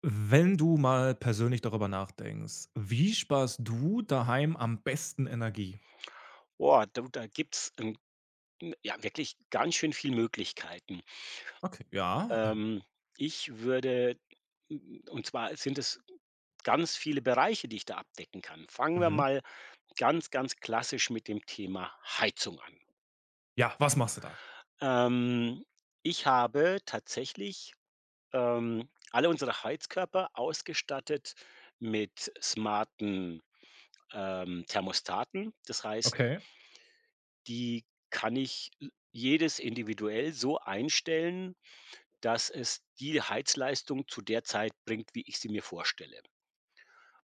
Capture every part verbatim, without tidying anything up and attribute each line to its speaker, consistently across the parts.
Speaker 1: Wenn du mal persönlich darüber nachdenkst, wie sparst du daheim am besten Energie?
Speaker 2: Boah, du, da gibt's, ähm, ja, wirklich ganz schön viel Möglichkeiten.
Speaker 1: Okay. Ja.
Speaker 2: Ähm, ich würde Und zwar sind es ganz viele Bereiche, die ich da abdecken kann. Fangen wir
Speaker 1: Mhm.
Speaker 2: mal ganz, ganz klassisch mit dem Thema Heizung an.
Speaker 1: Ja, was machst du da?
Speaker 2: Ähm, Ich habe tatsächlich, ähm, alle unsere Heizkörper ausgestattet mit smarten, ähm, Thermostaten. Das heißt,
Speaker 1: Okay.
Speaker 2: die kann ich äh, jedes individuell so einstellen, dass es die Heizleistung zu der Zeit bringt, wie ich sie mir vorstelle.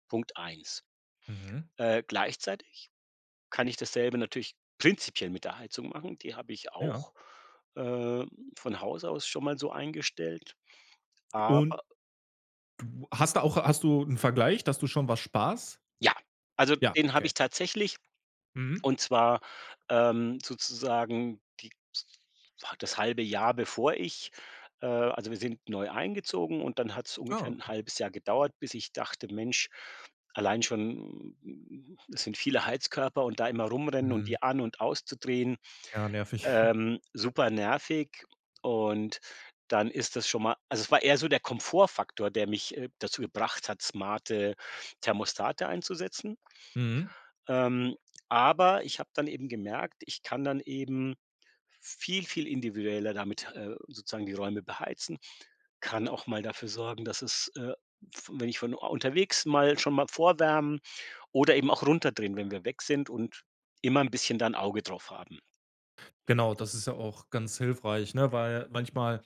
Speaker 2: Punkt eins.
Speaker 1: Mhm.
Speaker 2: Äh, gleichzeitig kann ich dasselbe natürlich prinzipiell mit der Heizung machen. Die habe ich
Speaker 1: Ja.
Speaker 2: auch, äh, von Haus aus schon mal so eingestellt.
Speaker 1: Und
Speaker 2: Aber
Speaker 1: hast du auch hast du einen Vergleich, dass du schon was sparst?
Speaker 2: ja, also
Speaker 1: Ja,
Speaker 2: den habe
Speaker 1: okay.
Speaker 2: ich tatsächlich.
Speaker 1: Mhm.
Speaker 2: Und zwar, ähm, sozusagen die das halbe Jahr bevor ich äh, also wir sind neu eingezogen und dann hat es
Speaker 1: Ah,
Speaker 2: ungefähr ein
Speaker 1: okay.
Speaker 2: halbes Jahr gedauert, bis ich dachte: „Mensch, allein schon, mm, es sind viele Heizkörper und da immer rumrennen und
Speaker 1: Mhm.
Speaker 2: die an und auszudrehen,
Speaker 1: Ja, nervig.
Speaker 2: ähm, super nervig." Und dann ist das schon mal Also es war eher so der Komfortfaktor, der mich, äh, dazu gebracht hat, smarte Thermostate einzusetzen.
Speaker 1: Mhm.
Speaker 2: Ähm, aber ich habe dann eben gemerkt, ich kann dann eben viel, viel individueller damit, äh, sozusagen die Räume beheizen, kann auch mal dafür sorgen, dass es, äh, f- wenn ich von unterwegs mal schon mal vorwärmen oder eben auch runterdrehen, wenn wir weg sind und immer ein bisschen da 'n Auge drauf haben.
Speaker 1: Genau, das ist ja auch ganz hilfreich, ne? Weil manchmal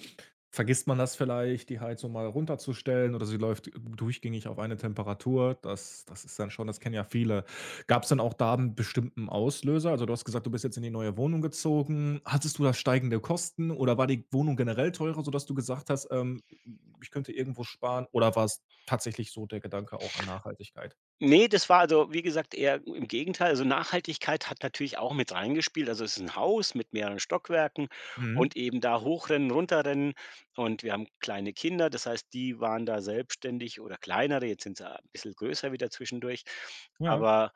Speaker 1: vergisst man das vielleicht, die Heizung mal runterzustellen oder sie läuft durchgängig auf eine Temperatur. Das das ist dann schon das kennen ja viele. Gab es dann auch da einen bestimmten Auslöser? Also, du hast gesagt, du bist jetzt in die neue Wohnung gezogen. Hattest du da steigende Kosten oder war die Wohnung generell teurer, sodass du gesagt hast, ähm: „Ich könnte irgendwo sparen“, oder war es tatsächlich so der Gedanke auch an Nachhaltigkeit?
Speaker 2: Ne, das war also, wie gesagt, eher im Gegenteil. Also, Nachhaltigkeit hat natürlich auch mit reingespielt. Also, es ist ein Haus mit mehreren Stockwerken
Speaker 1: Mhm.
Speaker 2: und eben da hochrennen, runterrennen, und wir haben kleine Kinder. Das heißt, die waren da selbstständig oder kleinere, jetzt sind sie ein bisschen größer wieder zwischendurch,
Speaker 1: Ja.
Speaker 2: aber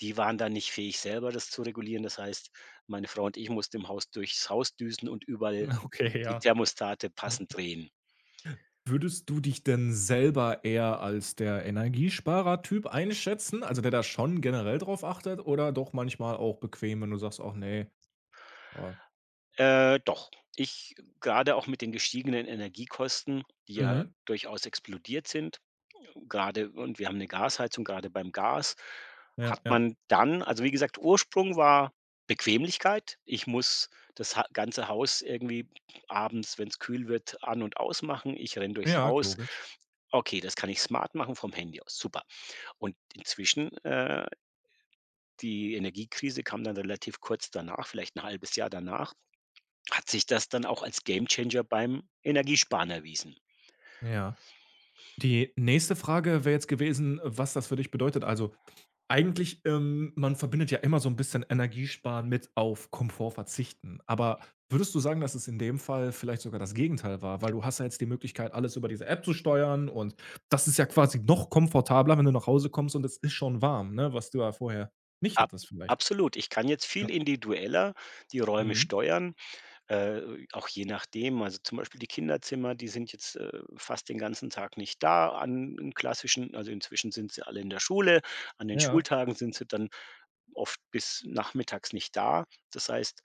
Speaker 2: die waren da nicht fähig, selber das zu regulieren. Das heißt, meine Frau und ich mussten im Haus durchs Haus düsen und überall
Speaker 1: Okay,
Speaker 2: die
Speaker 1: ja.
Speaker 2: Thermostate passend drehen.
Speaker 1: Würdest du dich denn selber eher als der Energiesparer-Typ einschätzen, also der da schon generell drauf achtet oder doch manchmal auch bequem, wenn du sagst: „Ach nee? ah“
Speaker 2: Äh, doch. Ich gerade auch mit den gestiegenen Energiekosten, die ja
Speaker 1: Mhm.
Speaker 2: durchaus explodiert sind, gerade und wir haben eine Gasheizung, gerade beim Gas
Speaker 1: Ja,
Speaker 2: hat
Speaker 1: ja.
Speaker 2: man dann, also, wie gesagt, Ursprung war Bequemlichkeit. Ich muss das ha ganze Haus irgendwie abends, wenn es kühl wird, an und ausmachen. Ich renne durchs
Speaker 1: Ja,
Speaker 2: Haus.
Speaker 1: logisch.
Speaker 2: Okay, das kann ich smart machen vom Handy aus, super. Und inzwischen, äh die Energiekrise kam dann relativ kurz danach, vielleicht ein halbes Jahr danach. Hat sich das dann auch als Gamechanger beim Energiesparen erwiesen.
Speaker 1: Ja. Die nächste Frage wäre jetzt gewesen, was das für dich bedeutet. Also, eigentlich, ähm, man verbindet ja immer so ein bisschen Energiesparen mit auf Komfort verzichten. Aber würdest du sagen, dass es in dem Fall vielleicht sogar das Gegenteil war? Weil du hast ja jetzt die Möglichkeit, alles über diese App zu steuern und das ist ja quasi noch komfortabler, wenn du nach Hause kommst und es ist schon warm, ne, was du ja vorher nicht
Speaker 2: Ab
Speaker 1: hattest vielleicht.
Speaker 2: Absolut. Ich kann jetzt
Speaker 1: Ja.
Speaker 2: viel individueller die Räume
Speaker 1: Mhm.
Speaker 2: steuern, äh, auch je nachdem. Also, zum Beispiel die Kinderzimmer, die sind jetzt, äh, fast den ganzen Tag nicht da an 'n klassischen also, inzwischen sind sie alle in der Schule. An den
Speaker 1: Ja.
Speaker 2: Schultagen sind sie dann oft bis nachmittags nicht da. Das heißt,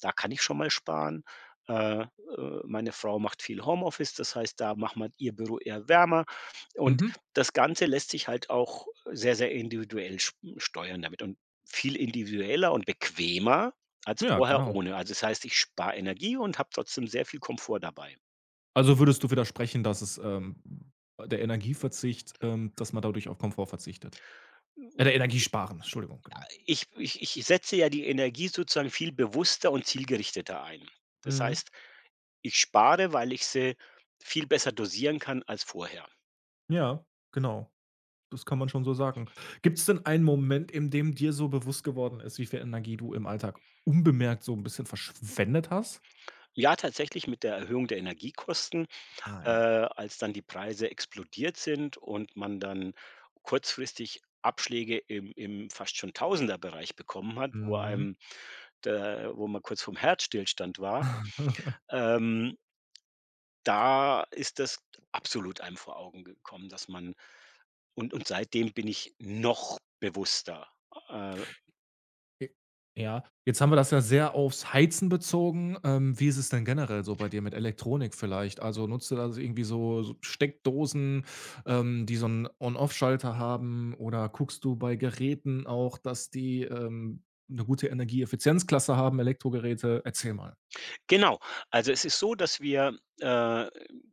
Speaker 2: da kann ich schon mal sparen. Äh, äh, Meine Frau macht viel Homeoffice, das heißt, da macht man ihr Büro eher wärmer. Und
Speaker 1: Mhm.
Speaker 2: das Ganze lässt sich halt auch sehr, sehr individuell sch- steuern damit und viel individueller und bequemer als
Speaker 1: Ja,
Speaker 2: vorher
Speaker 1: genau.
Speaker 2: ohne. Also das heißt, ich spare Energie und habe trotzdem sehr viel Komfort dabei.
Speaker 1: Also, würdest du widersprechen, dass es, ähm der Energieverzicht ähm, dass man dadurch auf Komfort verzichtet? Oder Energie sparen, Entschuldigung, genau.
Speaker 2: Ich, ich, ich setze ja die Energie sozusagen viel bewusster und zielgerichteter ein. Das
Speaker 1: Mhm.
Speaker 2: heißt, ich spare, weil ich sie viel besser dosieren kann als vorher.
Speaker 1: Ja, genau. Das kann man schon so sagen. Gibt es denn einen Moment, in dem dir so bewusst geworden ist, wie viel Energie du im Alltag unbemerkt so ein bisschen verschwendet hast?
Speaker 2: Ja, tatsächlich mit der Erhöhung der Energiekosten,
Speaker 1: Ah
Speaker 2: äh,
Speaker 1: ja.
Speaker 2: als dann die Preise explodiert sind und man dann kurzfristig Abschläge im im fast schon Tausenderbereich bekommen hat, wo
Speaker 1: Mhm.
Speaker 2: einem da, wo man kurz vom Herzstillstand war. Ähm, Da ist das absolut einem vor Augen gekommen, dass man und und seitdem bin ich noch bewusster, äh,
Speaker 1: J ja, jetzt haben wir das ja sehr aufs Heizen bezogen. Ähm, wie ist es denn generell so bei dir mit Elektronik vielleicht? Also, nutzt du da so irgendwie so so Steckdosen, ähm, die so einen On-Off-Schalter haben oder guckst du bei Geräten auch, dass die, ähm, 'ne gute Energieeffizienzklasse haben, Elektrogeräte? Erzähl mal.
Speaker 2: Genau. Also, es ist so, dass wir, äh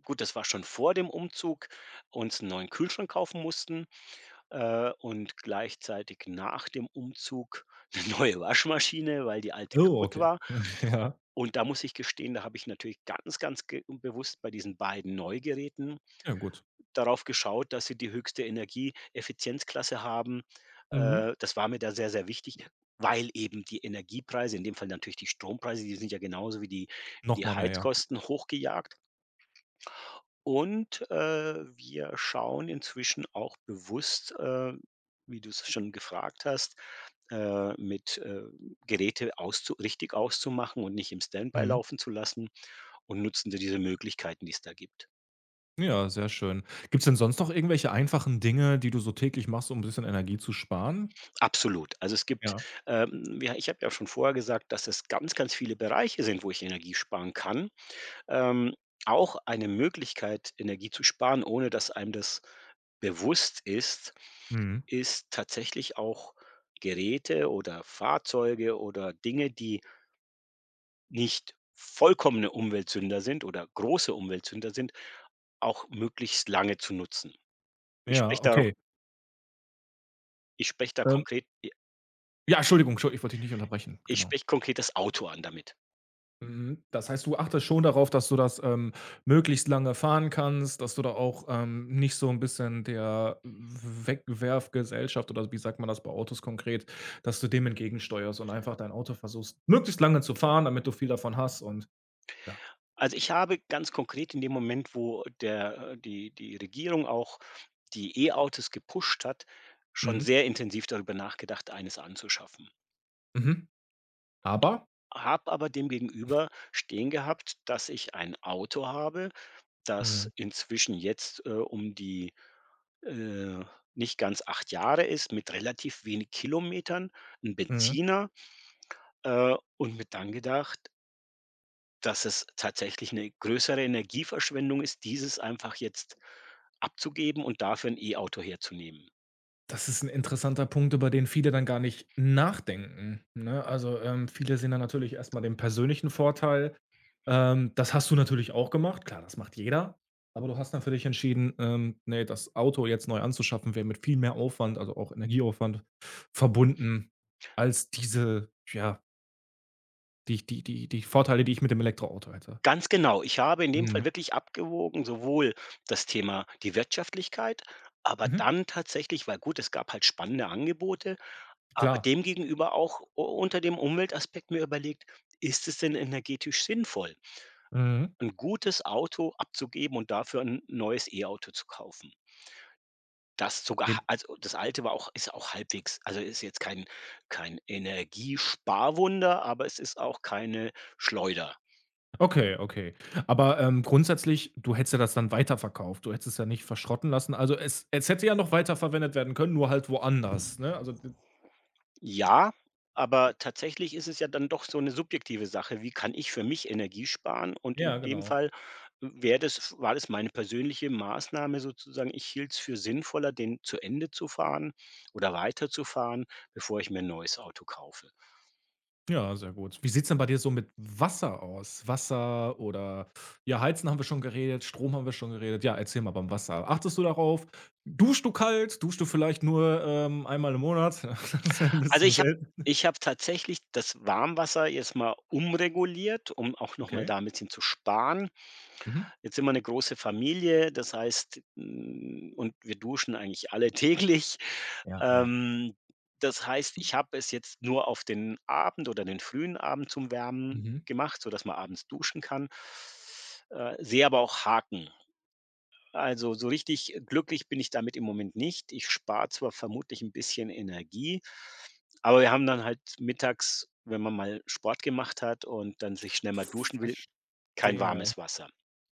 Speaker 2: gut, das war schon vor dem Umzug, uns einen neuen Kühlschrank kaufen mussten, äh, und gleichzeitig nach dem Umzug eine neue Waschmaschine, weil die alte
Speaker 1: Oh,
Speaker 2: kaputt
Speaker 1: okay.
Speaker 2: war.
Speaker 1: Ja.
Speaker 2: Und da muss ich gestehen, da habe ich natürlich ganz, ganz ge bewusst bei diesen beiden Neugeräten
Speaker 1: Ja, gut.
Speaker 2: darauf geschaut, dass sie die höchste Energieeffizienzklasse haben.
Speaker 1: Mhm.
Speaker 2: Äh, das war mir da sehr, sehr wichtig, weil eben die Energiepreise, in dem Fall natürlich die Strompreise, die sind ja genauso wie die
Speaker 1: Noch
Speaker 2: die
Speaker 1: mal mehr, ja.
Speaker 2: Heizkosten hochgejagt. Und, äh, wir schauen inzwischen auch bewusst, äh, wie du es schon gefragt hast, äh, mit, äh, Geräte auszu richtig auszumachen und nicht im Standby
Speaker 1: Mhm.
Speaker 2: laufen zu lassen, und nutzen da diese Möglichkeiten, die es da gibt.
Speaker 1: Ja, sehr schön. Gibt es denn sonst noch irgendwelche einfachen Dinge, die du so täglich machst, um ein bisschen Energie zu sparen?
Speaker 2: Absolut. Also, es gibt,
Speaker 1: Ja.
Speaker 2: ähm ja, ich habe ja schon vorher gesagt, dass es ganz, ganz viele Bereiche sind, wo ich Energie sparen kann. Ähm, Auch eine Möglichkeit, Energie zu sparen, ohne dass einem das bewusst ist,
Speaker 1: Mhm.
Speaker 2: ist tatsächlich auch Geräte oder Fahrzeuge oder Dinge, die nicht vollkommene Umweltsünder sind oder große Umweltsünder sind, auch möglichst lange zu nutzen. Ich
Speaker 1: Ja,
Speaker 2: spreche darauf
Speaker 1: okay.
Speaker 2: ich spreche da
Speaker 1: Ähm,
Speaker 2: konkret
Speaker 1: ja, Entschuldigung, Entschu ich wollte dich nicht unterbrechen,
Speaker 2: Ich
Speaker 1: genau.
Speaker 2: spreche konkret das Auto an damit.
Speaker 1: Mhm. Das heißt, du achtest schon darauf, dass du das, ähm, möglichst lange fahren kannst, dass du da auch, ähm, nicht so ein bisschen der Wegwerfgesellschaft oder wie sagt man das bei Autos konkret, dass du dem entgegensteuerst und einfach dein Auto versuchst, möglichst lange zu fahren, damit du viel davon hast und ja.
Speaker 2: Also, ich habe ganz konkret in dem Moment, wo der äh, die die Regierung auch die E-Autos gepusht hat, schon
Speaker 1: Mhm.
Speaker 2: sehr intensiv darüber nachgedacht, eines anzuschaffen.
Speaker 1: Mhm. Aber?
Speaker 2: Habe aber demgegenüber stehen gehabt, dass ich ein Auto habe,
Speaker 1: Mhm.
Speaker 2: das inzwischen jetzt, äh, um die, äh, nicht ganz acht Jahre ist, mit relativ wenig Kilometern, ein
Speaker 1: Mhm.
Speaker 2: Benziner, äh, und mit dann gedacht, dass es tatsächlich eine größere Energieverschwendung ist, dieses einfach jetzt abzugeben und dafür ein E-Auto herzunehmen.
Speaker 1: Das ist ein interessanter Punkt, über den viele dann gar nicht nachdenken, ne? Also, ähm, viele sehen dann natürlich erst mal den persönlichen Vorteil. Ähm, das hast du natürlich auch gemacht. Klar, das macht jeder, aber du hast dann für dich entschieden, ähm, ne, das Auto jetzt neu anzuschaffen, wäre mit viel mehr Aufwand, also auch Energieaufwand verbunden als diese ja, die die die die Vorteile, die ich mit dem Elektroauto hätte.
Speaker 2: Ganz genau. Ich habe in dem
Speaker 1: Mhm.
Speaker 2: Fall wirklich abgewogen, sowohl das Thema die Wirtschaftlichkeit, aber
Speaker 1: Mhm.
Speaker 2: dann tatsächlich, weil, gut, es gab halt spannende Angebote, aber
Speaker 1: Klar.
Speaker 2: dem gegenüber auch u unter dem Umweltaspekt mir überlegt: „Ist es denn energetisch sinnvoll,
Speaker 1: Mhm.
Speaker 2: ein gutes Auto abzugeben und dafür ein neues E-Auto zu kaufen?" Das sogar, also, das Alte war auch ist auch halbwegs, also, ist jetzt kein kein Energiesparwunder, aber es ist auch keine Schleuder.
Speaker 1: Okay, okay. Aber, ähm, grundsätzlich, du hättest ja das dann weiterverkauft. Du hättest es ja nicht verschrotten lassen. Also, es es hätte ja noch weiterverwendet werden können, nur halt woanders, ne? Also, d
Speaker 2: Ja, aber tatsächlich ist es ja dann doch so eine subjektive Sache. Wie kann ich für mich Energie sparen? Und in
Speaker 1: ja,
Speaker 2: dem
Speaker 1: genau.
Speaker 2: Fall wäre das war das meine persönliche Maßnahme sozusagen. Ich hielt es für sinnvoller, den zu Ende zu fahren oder weiterzufahren, bevor ich mir ein neues Auto kaufe.
Speaker 1: Ja, sehr gut. Wie sieht's denn bei dir so mit Wasser aus? Wasser oder ja, Heizen haben wir schon geredet, Strom haben wir schon geredet. Ja, erzähl mal beim Wasser. Achtest du darauf? Duschst du kalt? Duschst du vielleicht nur, ähm, einmal im Monat? Das ist ja ein
Speaker 2: Also,
Speaker 1: bisschen
Speaker 2: ich habe
Speaker 1: selten.
Speaker 2: ich habe tatsächlich das Warmwasser jetzt mal umreguliert, um auch noch mal
Speaker 1: Okay.
Speaker 2: da 'n bisschen zu sparen.
Speaker 1: Mhm.
Speaker 2: Jetzt sind wir 'ne große Familie, das heißt, hm und wir duschen eigentlich alle täglich.
Speaker 1: Ja, ja.
Speaker 2: Ähm, Das heißt, ich habe es jetzt nur auf den Abend oder den frühen Abend zum Wärmen
Speaker 1: Mhm.
Speaker 2: gemacht, sodass man abends duschen kann. Äh, sehe aber auch Haken. Also, so richtig glücklich bin ich damit im Moment nicht. Ich spare zwar vermutlich ein bisschen Energie, aber wir haben dann halt mittags, wenn man mal Sport gemacht hat und dann sich schnell mal duschen will, kein
Speaker 1: Verstehe.
Speaker 2: warmes Wasser.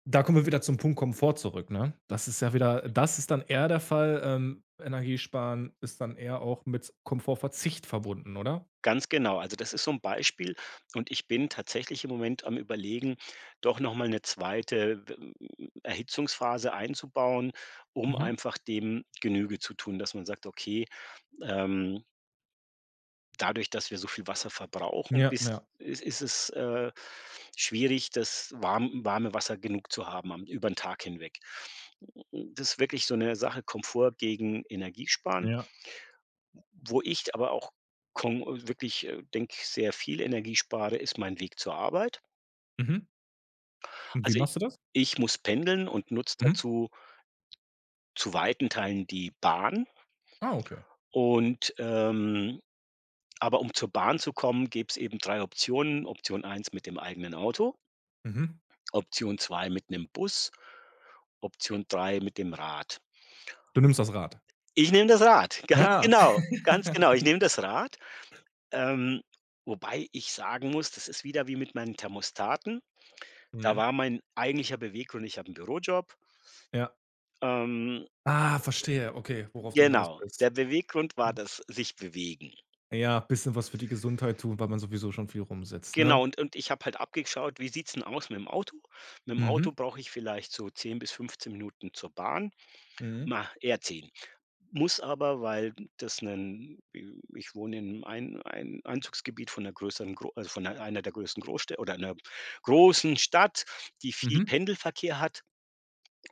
Speaker 1: Da kommen wir wieder zum Punkt Komfort zurück, ne? Das ist ja wieder das ist dann eher der Fall, ähm, Energiesparen ist dann eher auch mit Komfortverzicht verbunden, oder?
Speaker 2: Ganz genau. Also, das ist so ein Beispiel, und ich bin tatsächlich im Moment am Überlegen, doch noch mal 'ne zweite. Erhitzungsphase einzubauen, um
Speaker 1: Mhm.
Speaker 2: einfach dem Genüge zu tun, dass man sagt: „Okay, ähm, dadurch, dass wir so viel Wasser verbrauchen,
Speaker 1: Ja,
Speaker 2: bis
Speaker 1: ja,
Speaker 2: ist ist es, äh, schwierig, das warm warme Wasser genug zu haben am über den Tag hinweg." Das ist wirklich so eine Sache Komfort gegen Energiesparen.
Speaker 1: ja.
Speaker 2: Wo ich aber auch kon wirklich, äh, denke, sehr viel Energie spare, ist mein Weg zur Arbeit.
Speaker 1: Mhm. Und wie
Speaker 2: Also,
Speaker 1: machst du das?
Speaker 2: ich muss pendeln und nutze
Speaker 1: Mhm.
Speaker 2: dazu zu weiten Teilen die Bahn,
Speaker 1: Ah, okay.
Speaker 2: und, ähm aber um zur Bahn zu kommen, gibt es eben drei Optionen. Option eins mit dem eigenen Auto.
Speaker 1: Mhm.
Speaker 2: Option zwei mit 'nem Bus, Option drei mit dem Rad.
Speaker 1: Du nimmst das Rad.
Speaker 2: Ich nehme das Rad, ganz
Speaker 1: Ja.
Speaker 2: genau, ganz genau. Ich nehme das Rad, ähm, wobei ich sagen muss, das ist wieder wie mit meinen Thermostaten. Da
Speaker 1: Mhm.
Speaker 2: war mein eigentlicher Beweggrund, ich habe 'n Bürojob.
Speaker 1: Ja.
Speaker 2: Ähm,
Speaker 1: Ah, verstehe. Okay, worauf du hinaus
Speaker 2: genau,
Speaker 1: willst.
Speaker 2: der Beweggrund war das sich bewegen.
Speaker 1: Ja, bisschen was für die Gesundheit tun, weil man sowieso schon viel rumsitzt, ne?
Speaker 2: Genau, und und ich habe halt abgeschaut, wie sieht's 'n aus mit'm Auto? Mit'm
Speaker 1: Mhm.
Speaker 2: Auto brauche ich vielleicht so zehn bis fünfzehn Minuten zur Bahn,
Speaker 1: Mhm.
Speaker 2: na, eher zehn. Muss aber, weil das 'nen ich wohne in einem Ein Ein Einzugsgebiet von einer größeren Gro also, von einer einer der größten Großstädte, oder einer großen Stadt, die viel
Speaker 1: Mhm.
Speaker 2: Pendelverkehr hat.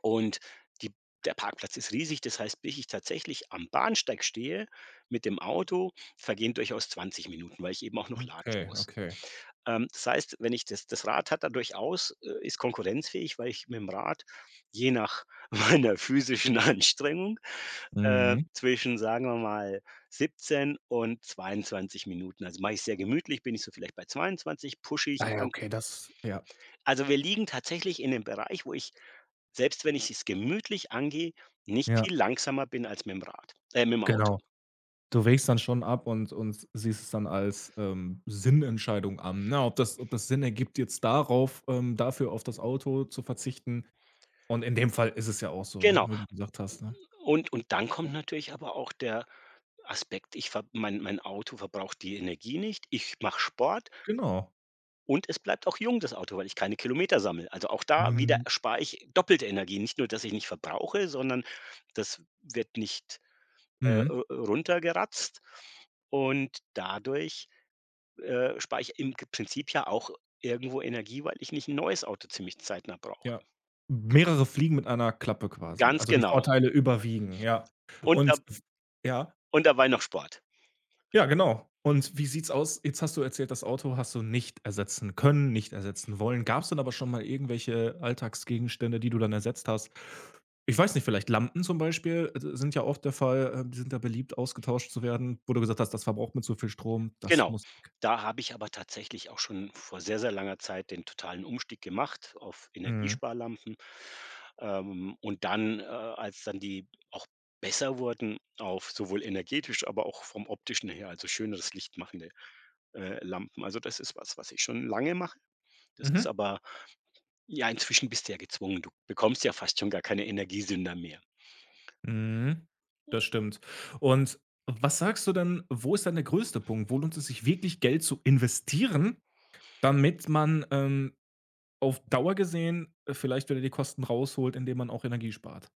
Speaker 2: Und die der Parkplatz ist riesig, das heißt, bis ich tatsächlich am Bahnsteig stehe mit dem Auto, vergehen durchaus zwanzig Minuten, weil ich eben auch noch latschen
Speaker 1: Okay,
Speaker 2: muss.
Speaker 1: okay.
Speaker 2: Ähm, das heißt, wenn ich das das Rad hat da durchaus, äh, ist konkurrenzfähig, weil ich mit dem Rad, je nach meiner physischen Anstrengung, äh,
Speaker 1: Mhm.
Speaker 2: zwischen, sagen wir mal, siebzehn und zweiundzwanzig Minuten, also, mache ich sehr gemütlich, bin ich so vielleicht bei zweiundzwanzig, pushe ich
Speaker 1: Ah ja,
Speaker 2: dann,
Speaker 1: okay, das ja,
Speaker 2: also, wir liegen tatsächlich in dem Bereich, wo ich, selbst wenn ich es gemütlich angehe, nicht
Speaker 1: ja,
Speaker 2: viel langsamer bin als mit dem Rad äh, mit dem Auto.
Speaker 1: genau. Du wägst dann schon ab und und siehst es dann als, ähm, Sinnentscheidung an, ne? Ob das ob das Sinn ergibt, jetzt darauf ähm, dafür auf das Auto zu verzichten. Und in dem Fall ist es ja auch so,
Speaker 2: Genau.
Speaker 1: wie du gesagt hast, ne?
Speaker 2: Und und dann kommt natürlich aber auch der Aspekt, ich ver mein mein Auto verbraucht die Energie nicht, ich mache Sport,
Speaker 1: Genau.
Speaker 2: und es bleibt auch jung, das Auto, weil ich keine Kilometer sammle. Also, auch da wieder
Speaker 1: Mhm.
Speaker 2: spare ich doppelte Energie. Nicht nur, dass ich nicht verbrauche, sondern das wird nicht, äh,
Speaker 1: Mhm.
Speaker 2: ru runtergeratzt, und dadurch äh, spare ich im G- Prinzip ja auch irgendwo Energie, weil ich nicht ein neues Auto ziemlich zeitnah brauche.
Speaker 1: Ja. Mehrere Fliegen mit einer Klappe quasi.
Speaker 2: Ganz
Speaker 1: Also, die
Speaker 2: genau.
Speaker 1: Vorteile überwiegen, ja.
Speaker 2: Und
Speaker 1: Und
Speaker 2: da
Speaker 1: ja?
Speaker 2: und dabei noch Sport.
Speaker 1: Ja, genau. Und wie sieht's aus? Jetzt hast du erzählt, das Auto hast du nicht ersetzen können, nicht ersetzen wollen. Gab's denn aber schon mal irgendwelche Alltagsgegenstände, die du dann ersetzt hast? Ich weiß nicht, vielleicht Lampen zum Beispiel, äh, sind ja oft der Fall, ähm, die sind ja beliebt, ausgetauscht zu werden, wo du gesagt hast: „Das verbraucht mir zu viel Strom, das
Speaker 2: Genau.
Speaker 1: muss weg.“
Speaker 2: Da habe ich aber tatsächlich auch schon vor sehr, sehr langer Zeit den totalen Umstieg gemacht auf
Speaker 1: Mhm.
Speaker 2: Energiesparlampen. Ähm, und dann, äh, als dann die auch besser wurden auf sowohl energetisch, aber auch vom Optischen her, also schöneres Licht machende, äh, Lampen. Also das ist was, was ich schon lange mache. Das ist
Speaker 1: Mhm.
Speaker 2: aber Ja, inzwischen bist du ja gezwungen. Du bekommst ja fast schon gar keine Energiesünder mehr.
Speaker 1: Mhm. Das stimmt. Und was sagst du denn, wo ist dann der größte Punkt? Wo lohnt es sich wirklich, Geld zu investieren, damit man, ähm auf Dauer gesehen, äh, vielleicht wieder die Kosten rausholt, indem man auch Energie spart.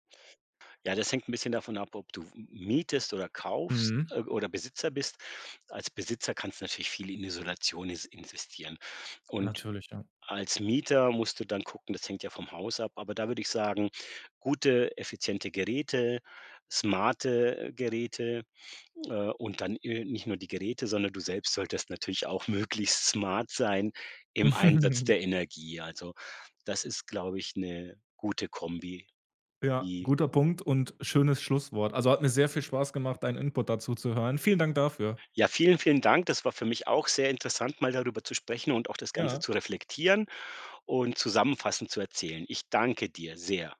Speaker 2: Ja, das hängt ein bisschen davon ab, ob du mietest oder kaufst,
Speaker 1: Mhm.
Speaker 2: äh, oder Besitzer bist. Als Besitzer kannst du natürlich viel in Isolation is investieren. Und
Speaker 1: Natürlich, ja.
Speaker 2: als Mieter musst du dann gucken, das hängt ja vom Haus ab, aber da würde ich sagen, gute, effiziente Geräte, smarte äh, Geräte, Äh, und dann, äh, nicht nur die Geräte, sondern du selbst solltest natürlich auch möglichst smart sein im Einsatz der Energie. Also, das ist, glaube ich, eine gute Kombi,
Speaker 1: Ja,
Speaker 2: die
Speaker 1: guter Punkt und schönes Schlusswort. Also, hat mir sehr viel Spaß gemacht, deinen Input dazu zu hören. Vielen Dank dafür.
Speaker 2: Ja, vielen, vielen Dank. Das war für mich auch sehr interessant, mal darüber zu sprechen und auch das Ganze
Speaker 1: Ja.
Speaker 2: zu reflektieren und zusammenfassend zu erzählen. Ich danke dir sehr.